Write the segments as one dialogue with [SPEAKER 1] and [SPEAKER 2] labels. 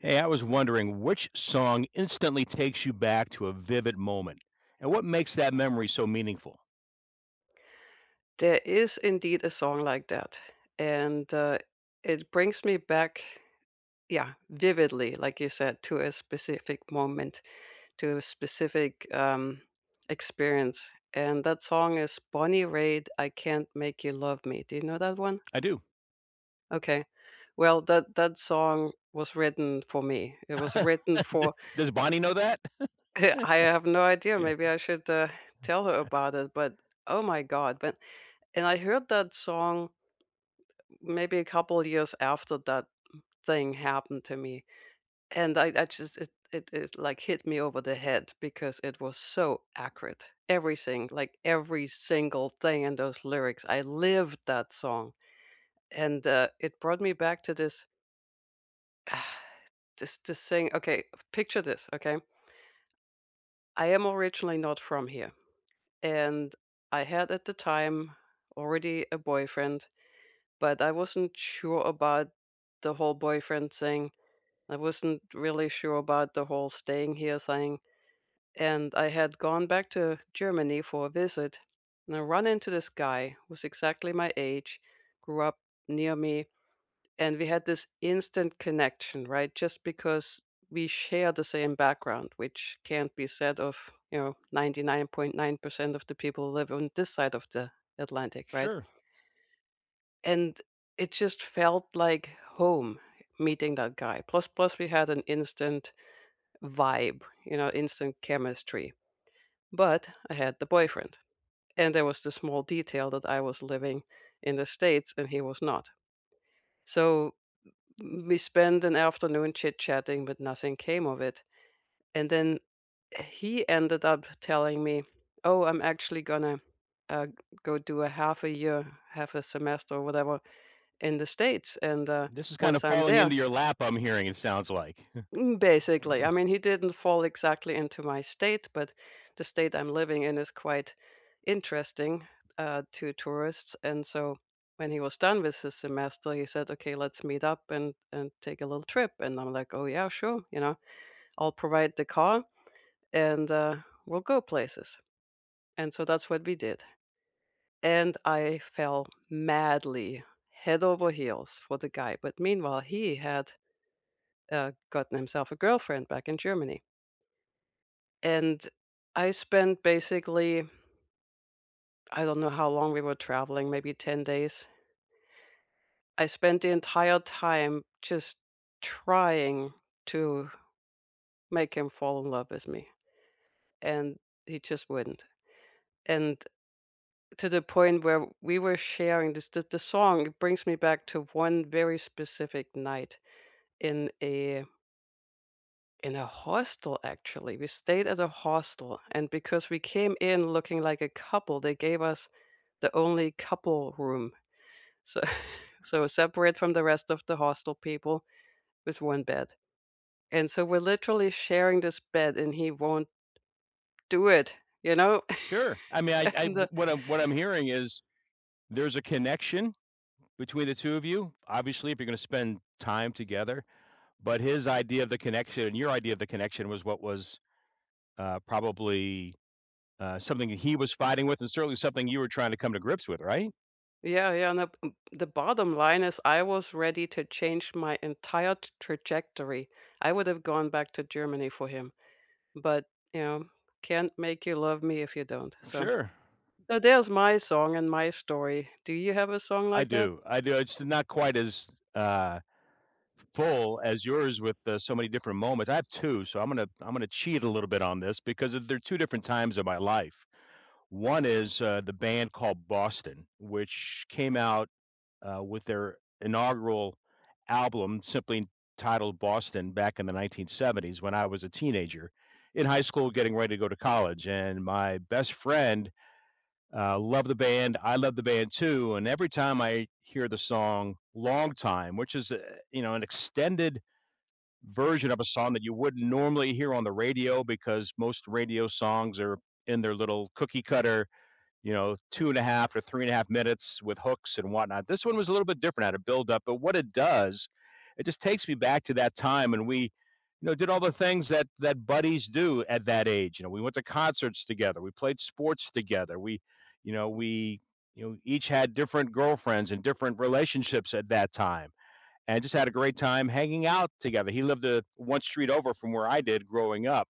[SPEAKER 1] Hey, I was wondering which song instantly takes you back to a vivid moment, and what makes that memory so meaningful?
[SPEAKER 2] There is indeed a song like that, and, uh, it brings me back, yeah, vividly, like you said, to a specific moment, to a specific, experience, and that song is Bonnie Raitt, "I Can't Make You Love Me." Do you know that one?
[SPEAKER 1] I do.
[SPEAKER 2] Okay. Well, that song was written for me. It was written for—
[SPEAKER 1] Does Bonnie know that?
[SPEAKER 2] I have no idea,
[SPEAKER 1] Yeah.
[SPEAKER 2] maybe I should, tell her about it, but, oh my god, but and I heard that song maybe a couple of years after that thing happened to me and I just it like hit me over the head because it was so accurate, everything, like every single thing in those lyrics, I lived that song. And it brought me back to this, this thing. Okay, picture this. Okay, I am originally not from here, and I had at the time already a boyfriend, but I wasn't sure about the whole boyfriend thing. I wasn't really sure about the whole staying here thing. And I had gone back to Germany for a visit. And I run into this guy who's exactly my age, grew up near me, and we had this instant connection, right? Just because we share the same background, which can't be said of, you know, 99.9% of the people who live on this side of the Atlantic, right?
[SPEAKER 1] Sure.
[SPEAKER 2] And it just felt like home meeting that guy. Plus we had an instant vibe, you know, instant chemistry. But I had the boyfriend. And there was the small detail that I was living in the States and he was not. So we spent an afternoon chit chatting, but nothing came of it. And then he ended up telling me, "Oh, I'm actually gonna, uh, go do a half a year, half a semester, or whatever in the States." And
[SPEAKER 1] This is kind
[SPEAKER 2] once
[SPEAKER 1] of
[SPEAKER 2] I'm
[SPEAKER 1] falling into
[SPEAKER 2] there—
[SPEAKER 1] your lap, I'm hearing, it sounds like.
[SPEAKER 2] Basically, I mean, he didn't fall exactly into my state, but the state I'm living in is quite interesting to tourists. And so when he was done with his semester, he said, "Okay, let's meet up and take a little trip." And I'm like, "Oh yeah, sure. You know, I'll provide the car and, we'll go places." And so that's what we did. And I fell madly head over heels for the guy. But meanwhile, he had, gotten himself a girlfriend back in Germany. And I spent basically— I don't know how long we were traveling, maybe 10 days. I spent the entire time just trying to make him fall in love with me, and he just wouldn't. And to the point where we were sharing this— the song, it brings me back to one very specific night in a— in a hostel actually. We stayed at a hostel, and because we came in looking like a couple, they gave us the only couple room. So so separate from the rest of the hostel people, with one bed. And so we're literally sharing this bed and he won't do it, you know?
[SPEAKER 1] Sure. I mean, I
[SPEAKER 2] And the—
[SPEAKER 1] what I'm hearing is there's a connection between the 2 of you. Obviously, if you're gonna spend time together, but his idea of the connection and your idea of the connection was what was, probably something he was fighting with and certainly something you were trying to come to grips with, right?
[SPEAKER 2] yeah, yeah, and the bottom line is I was ready to change my entire t trajectory. I would have gone back to Germany for him, but, you know, can't make you love me if you don't. So
[SPEAKER 1] Sure.
[SPEAKER 2] so there's my song and my story. Do you have a song like that?
[SPEAKER 1] I do. It's not quite as, uh, full as yours with, so many different moments. I have 2, so I'm gonna cheat a little bit on this because th they're 2 different times of my life. One is, the band called Boston, which came out, with their inaugural album simply titled Boston back in the 1970s when I was a teenager in high school getting ready to go to college, and my best friend love the band. I love the band too. And every time I hear the song "Long Time," which is you know, an extended version of a song that you wouldn't normally hear on the radio because most radio songs are in their little cookie cutter, you know, two and a half or three and a half minutes with hooks and whatnot. This one was a little bit different, had a build up, but what it does, it just takes me back to that time and we, you know, did all the things that that buddies do at that age. You know, we went to concerts together, we played sports together, we, you know, each had different girlfriends and different relationships at that time, and just had a great time hanging out together. He lived a one street over from where I did growing up,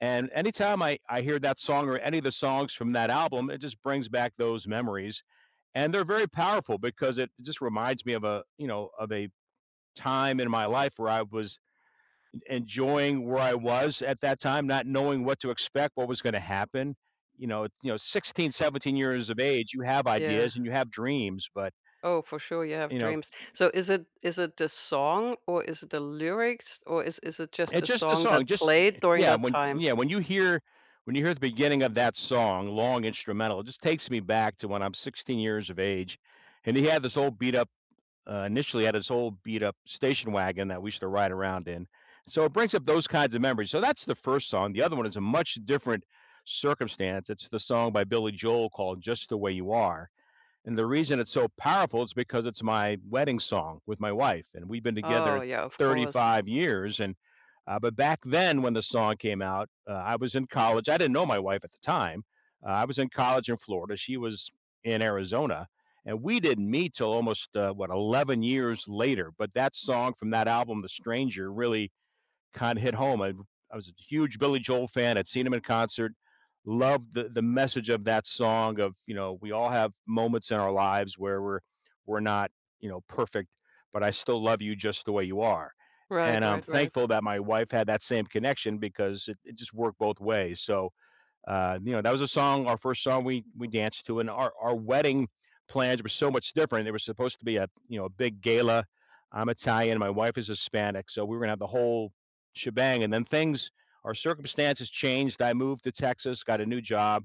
[SPEAKER 1] and anytime I hear that song or any of the songs from that album, it just brings back those memories. And they're very powerful because it just reminds me of a, you know, of a time in my life where I was enjoying where I was at that time, not knowing what to expect, what was going to happen. You know, 16, 17 years of age, you have
[SPEAKER 2] Yeah.
[SPEAKER 1] ideas and you have dreams, but
[SPEAKER 2] Oh, for sure you have
[SPEAKER 1] you know,
[SPEAKER 2] dreams. So is it the song or is it the lyrics or is it just a
[SPEAKER 1] it's just the
[SPEAKER 2] song
[SPEAKER 1] song,
[SPEAKER 2] that
[SPEAKER 1] just
[SPEAKER 2] played during
[SPEAKER 1] yeah,
[SPEAKER 2] that
[SPEAKER 1] when
[SPEAKER 2] time?
[SPEAKER 1] you hear when you hear the beginning of that song, long instrumental, it just takes me back to when I'm 16 years of age, and he had this old beat up initially had this old beat up station wagon that we used to ride around in. So it brings up those kinds of memories. So that's the first song. The other one is a much different circumstance. It's the song by Billy Joel called "Just the Way You Are." And the reason it's so powerful is because it's my wedding song with my wife, and we've been
[SPEAKER 2] Oh,
[SPEAKER 1] together
[SPEAKER 2] yeah, of course.
[SPEAKER 1] 35 years. And but back then, when the song came out, I was in college. I didn't know my wife at the time. I was in college in Florida. She was in Arizona, and we didn't meet till almost what, 11 years later. But that song from that album, "The Stranger," really kind of hit home. I was a huge Billy Joel fan. I'd seen him in concert. Loved the message of that song of, you know, we all have moments in our lives where we're not, you know, perfect, but I still love you just the way you are.
[SPEAKER 2] Right,
[SPEAKER 1] And I'm
[SPEAKER 2] right, right.
[SPEAKER 1] thankful that my wife had that same connection because it just worked both ways. So you know, that was a song, our first song we danced to, and our wedding plans were so much different. It was supposed to be a, you know, a big gala. I'm Italian, my wife is Hispanic, so we were gonna have the whole shebang. And then things, our circumstances changed. I moved to Texas, got a new job,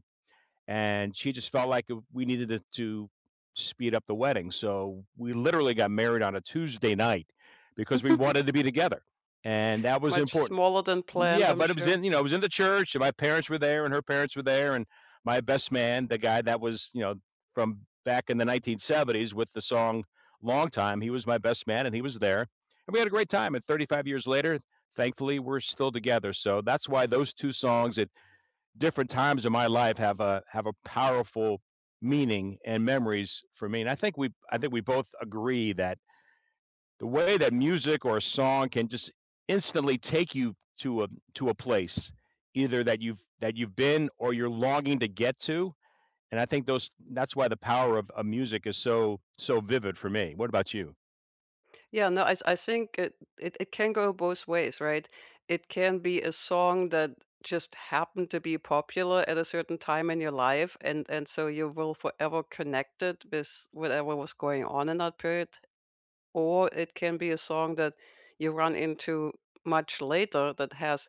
[SPEAKER 1] and she just felt like we needed to, speed up the wedding. So we literally got married on a Tuesday night because we wanted to be together, and that was
[SPEAKER 2] Much
[SPEAKER 1] important.
[SPEAKER 2] smaller than planned,
[SPEAKER 1] Yeah,
[SPEAKER 2] I'm
[SPEAKER 1] but it was
[SPEAKER 2] sure.
[SPEAKER 1] in, you know, it was in the church, and my parents were there, and her parents were there, and my best man, the guy that was, you know, from back in the 1970s with the song "Long Time," he was my best man, and he was there, and we had a great time. And 35 years later, thankfully, we're still together. So that's why those two songs, it different times in my life, have a powerful meaning and memories for me. And I think we both agree that the way that music or a song can just instantly take you to a place either that you've been or you're longing to get to. And I think those that's why the power of, music is so vivid for me. What about you?
[SPEAKER 2] Yeah, no, I think it can go both ways, right? It can be a song that just happened to be popular at a certain time in your life, and, so you will forever connect it with whatever was going on in that period. Or it can be a song that you run into much later that has,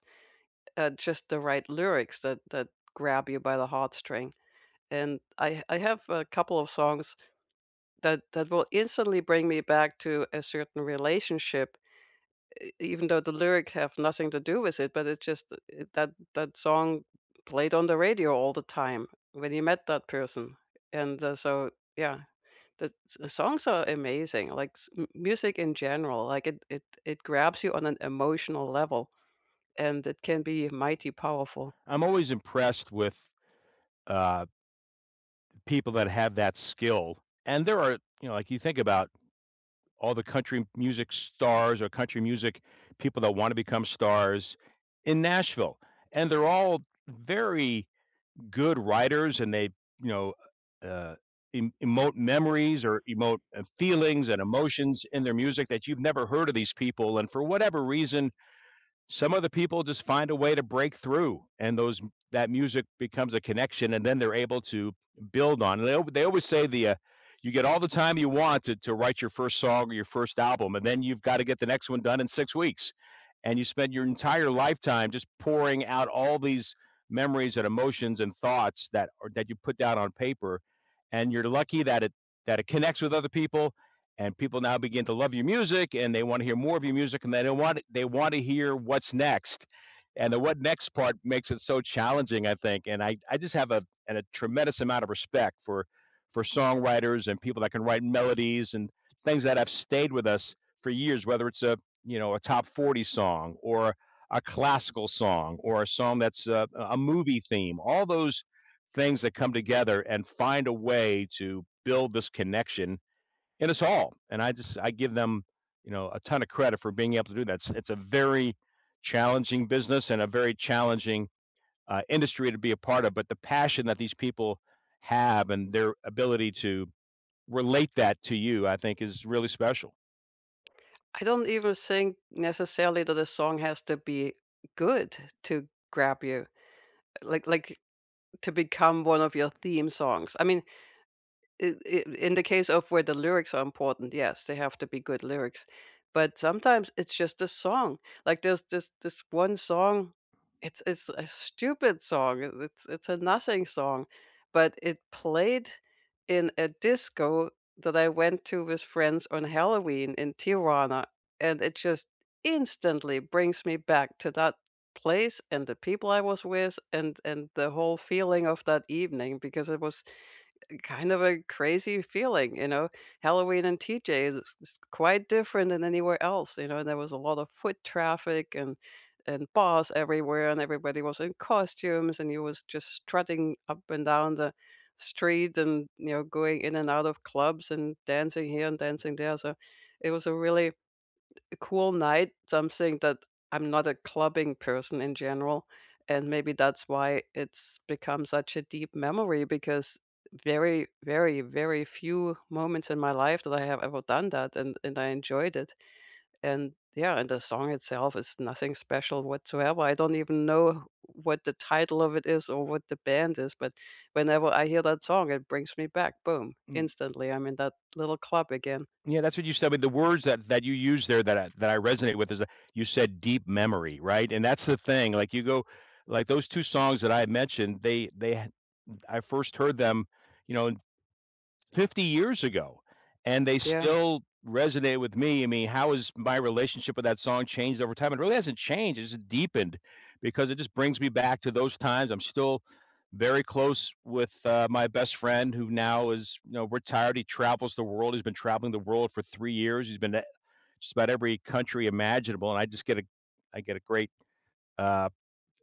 [SPEAKER 2] just the right lyrics that grab you by the heartstring. And I have a couple of songs that will instantly bring me back to a certain relationship, e even though the lyric have nothing to do with it, but it's just it that that song played on the radio all the time when you met that person. And, so yeah. The s the songs are amazing, like, s m music in general, like, it grabs you on an emotional level, and it can be mighty powerful.
[SPEAKER 1] I'm always impressed with uh, people that have that skill. And there are, you know, like you think about all the country music stars or country music people that want to become stars in Nashville. And they're all very good writers and they, you know, uh, emote memories or emote, feelings and emotions in their music that you've never heard of these people. And for whatever reason, some other people just find a way to break through and those that music becomes a connection and then they're able to build on, and they always say, the you get all the time you want to, write your first song or your first album, and then you've got to get the next one done in 6 weeks, and you spend your entire lifetime just pouring out all these memories and emotions and thoughts that or that you put down on paper, and you're lucky that it connects with other people, and people now begin to love your music and they want to hear more of your music, and they don't want they want to hear what's next, and the what next part makes it so challenging, I think. And I just have a and a tremendous amount of respect for songwriters and people that can write melodies and things that have stayed with us for years, whether it's a, you know, a top 40 song, or a classical song, or a song that's a, movie theme, all those things that come together and find a way to build this connection in us all. And I just, I give them, you know, a ton of credit for being able to do that. It's a very challenging business and a very challenging, industry to be a part of. But the passion that these people have and their ability to relate that to you, I think, is really special.
[SPEAKER 2] I don't even think necessarily that a song has to be good to grab you, like, to become one of your theme songs. I mean, I in the case of where the lyrics are important, yes, they have to be good lyrics. But sometimes it's just a song. Like there's this one song, it's a stupid song. It's a nothing song, but it played in a disco that I went to with friends on Halloween in Tirana, and it just instantly brings me back to that place and the people I was with, and the whole feeling of that evening because it was kind of a crazy feeling, you know? Halloween in T.J. Is quite different than anywhere else, you know, and there was a lot of foot traffic, and bars everywhere, and everybody was in costumes, and you was just strutting up and down the street and, you know, going in and out of clubs and dancing here and dancing there, so it was a really cool night, something that— I'm not a clubbing person in general, and maybe that's why it's become such a deep memory because very, very, very few moments in my life that I have ever done that and, I enjoyed it. And yeah, and the song itself is nothing special whatsoever. I don't even know what the title of it is or what the band is, but whenever I hear that song, it brings me back. Boom.
[SPEAKER 1] Mm,
[SPEAKER 2] Instantly, I'm in that little club again.
[SPEAKER 1] yeah, that's what you said. But the words that you use there that I resonate with is that you said deep memory, right? And that's the thing. Like you go, like those two songs that I mentioned, they I first heard them, you know, 50 years ago, and they
[SPEAKER 2] Yeah.
[SPEAKER 1] still resonate with me. I mean, how has my relationship with that song changed over time? It really hasn't changed, it's just deepened because it just brings me back to those times. I'm still very close with, my best friend who now is, you know, retired. He travels the world. He's been traveling the world for 3 years. He's been to just about every country imaginable, and I just get a I get a great, uh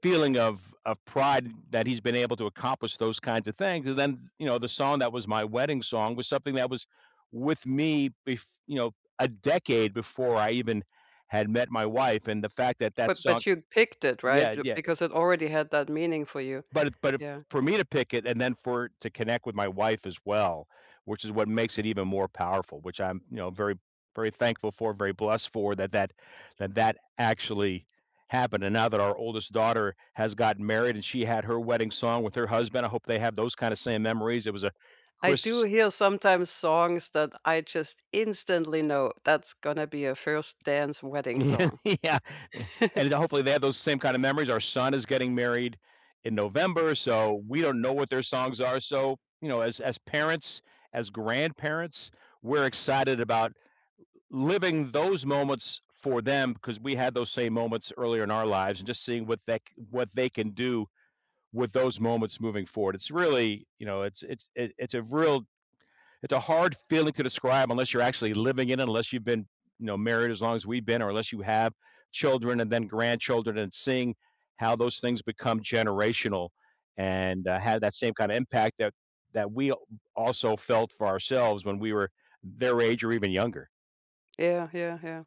[SPEAKER 1] feeling of pride that he's been able to accomplish those kinds of things. And then, you know, the song that was my wedding song was something that was with me, you know, a decade before I even had met my wife. And the fact that that song,
[SPEAKER 2] But you picked it, right?
[SPEAKER 1] yeah,
[SPEAKER 2] Ju
[SPEAKER 1] yeah,
[SPEAKER 2] because it already had that meaning for you.
[SPEAKER 1] but if
[SPEAKER 2] Yeah.
[SPEAKER 1] for me to pick it and then for to connect with my wife as well, which is what makes it even more powerful, which I'm, you know, very, very thankful for, very blessed for that actually happened. And now that our oldest daughter has gotten married and she had her wedding song with her husband, I hope they have those kinda same memories. It was a
[SPEAKER 2] I do
[SPEAKER 1] Chris.
[SPEAKER 2] hear sometimes songs that I just instantly know that's gonna be a first dance wedding
[SPEAKER 1] Yeah,
[SPEAKER 2] song.
[SPEAKER 1] yeah. eh, and hopefully they have those same kind of memories. Our son is getting married in November, so we don't know what their songs are. So, you know, as parents, as grandparents, we're excited about living those moments for them because we had those same moments earlier in our lives, and just seeing what they can do with those moments moving forward. It's really, you know, it's a real, it's a hard feeling to describe unless you're actually living in it, unless you've been, you know, married as long as we've been, or unless you have children and then grandchildren, and seeing how those things become generational and, had that same kind of impact that we also felt for ourselves when we were their age or even younger.
[SPEAKER 2] Yeah, yeah, yeah.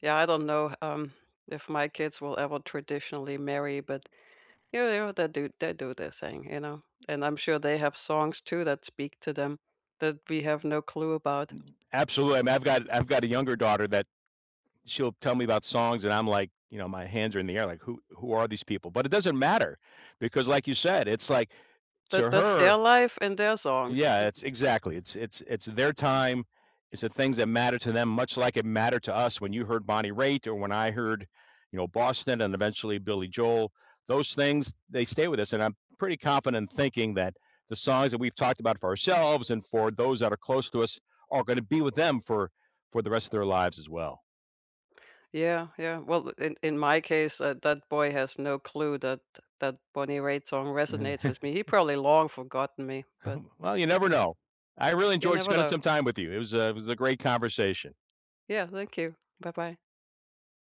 [SPEAKER 2] Yeah, I don't know, if my kids will ever traditionally marry, but, you know, they do their thing, you know? And I'm sure they have songs too that speak to them that we have no clue about.
[SPEAKER 1] Absolutely. I mean, I've got a younger daughter that she'll tell me about songs and I'm like, you know, my hands are in the air like who are these people? But it doesn't matter because like you said, it's like
[SPEAKER 2] That
[SPEAKER 1] to
[SPEAKER 2] that's their
[SPEAKER 1] her,
[SPEAKER 2] life and their songs.
[SPEAKER 1] yeah, it's exactly. It's their time. It's the things that matter to them, much like it mattered to us when you heard Bonnie Raitt or when I heard, you know, Boston and eventually Billy Joel. Those things, they stay with us, and I'm pretty confident in thinking that the songs that we've talked about for ourselves and for those that are close to us are going to be with them for the rest of their lives as well.
[SPEAKER 2] Yeah, yeah. Well, in my case, that boy has no clue that that Bonnie Raitt song resonates with me. He probably long forgotten me, but
[SPEAKER 1] Well, you never know. I really
[SPEAKER 2] you
[SPEAKER 1] enjoyed
[SPEAKER 2] never
[SPEAKER 1] spending
[SPEAKER 2] know.
[SPEAKER 1] some time with you. It was a great conversation.
[SPEAKER 2] Yeah, thank you. Bye bye.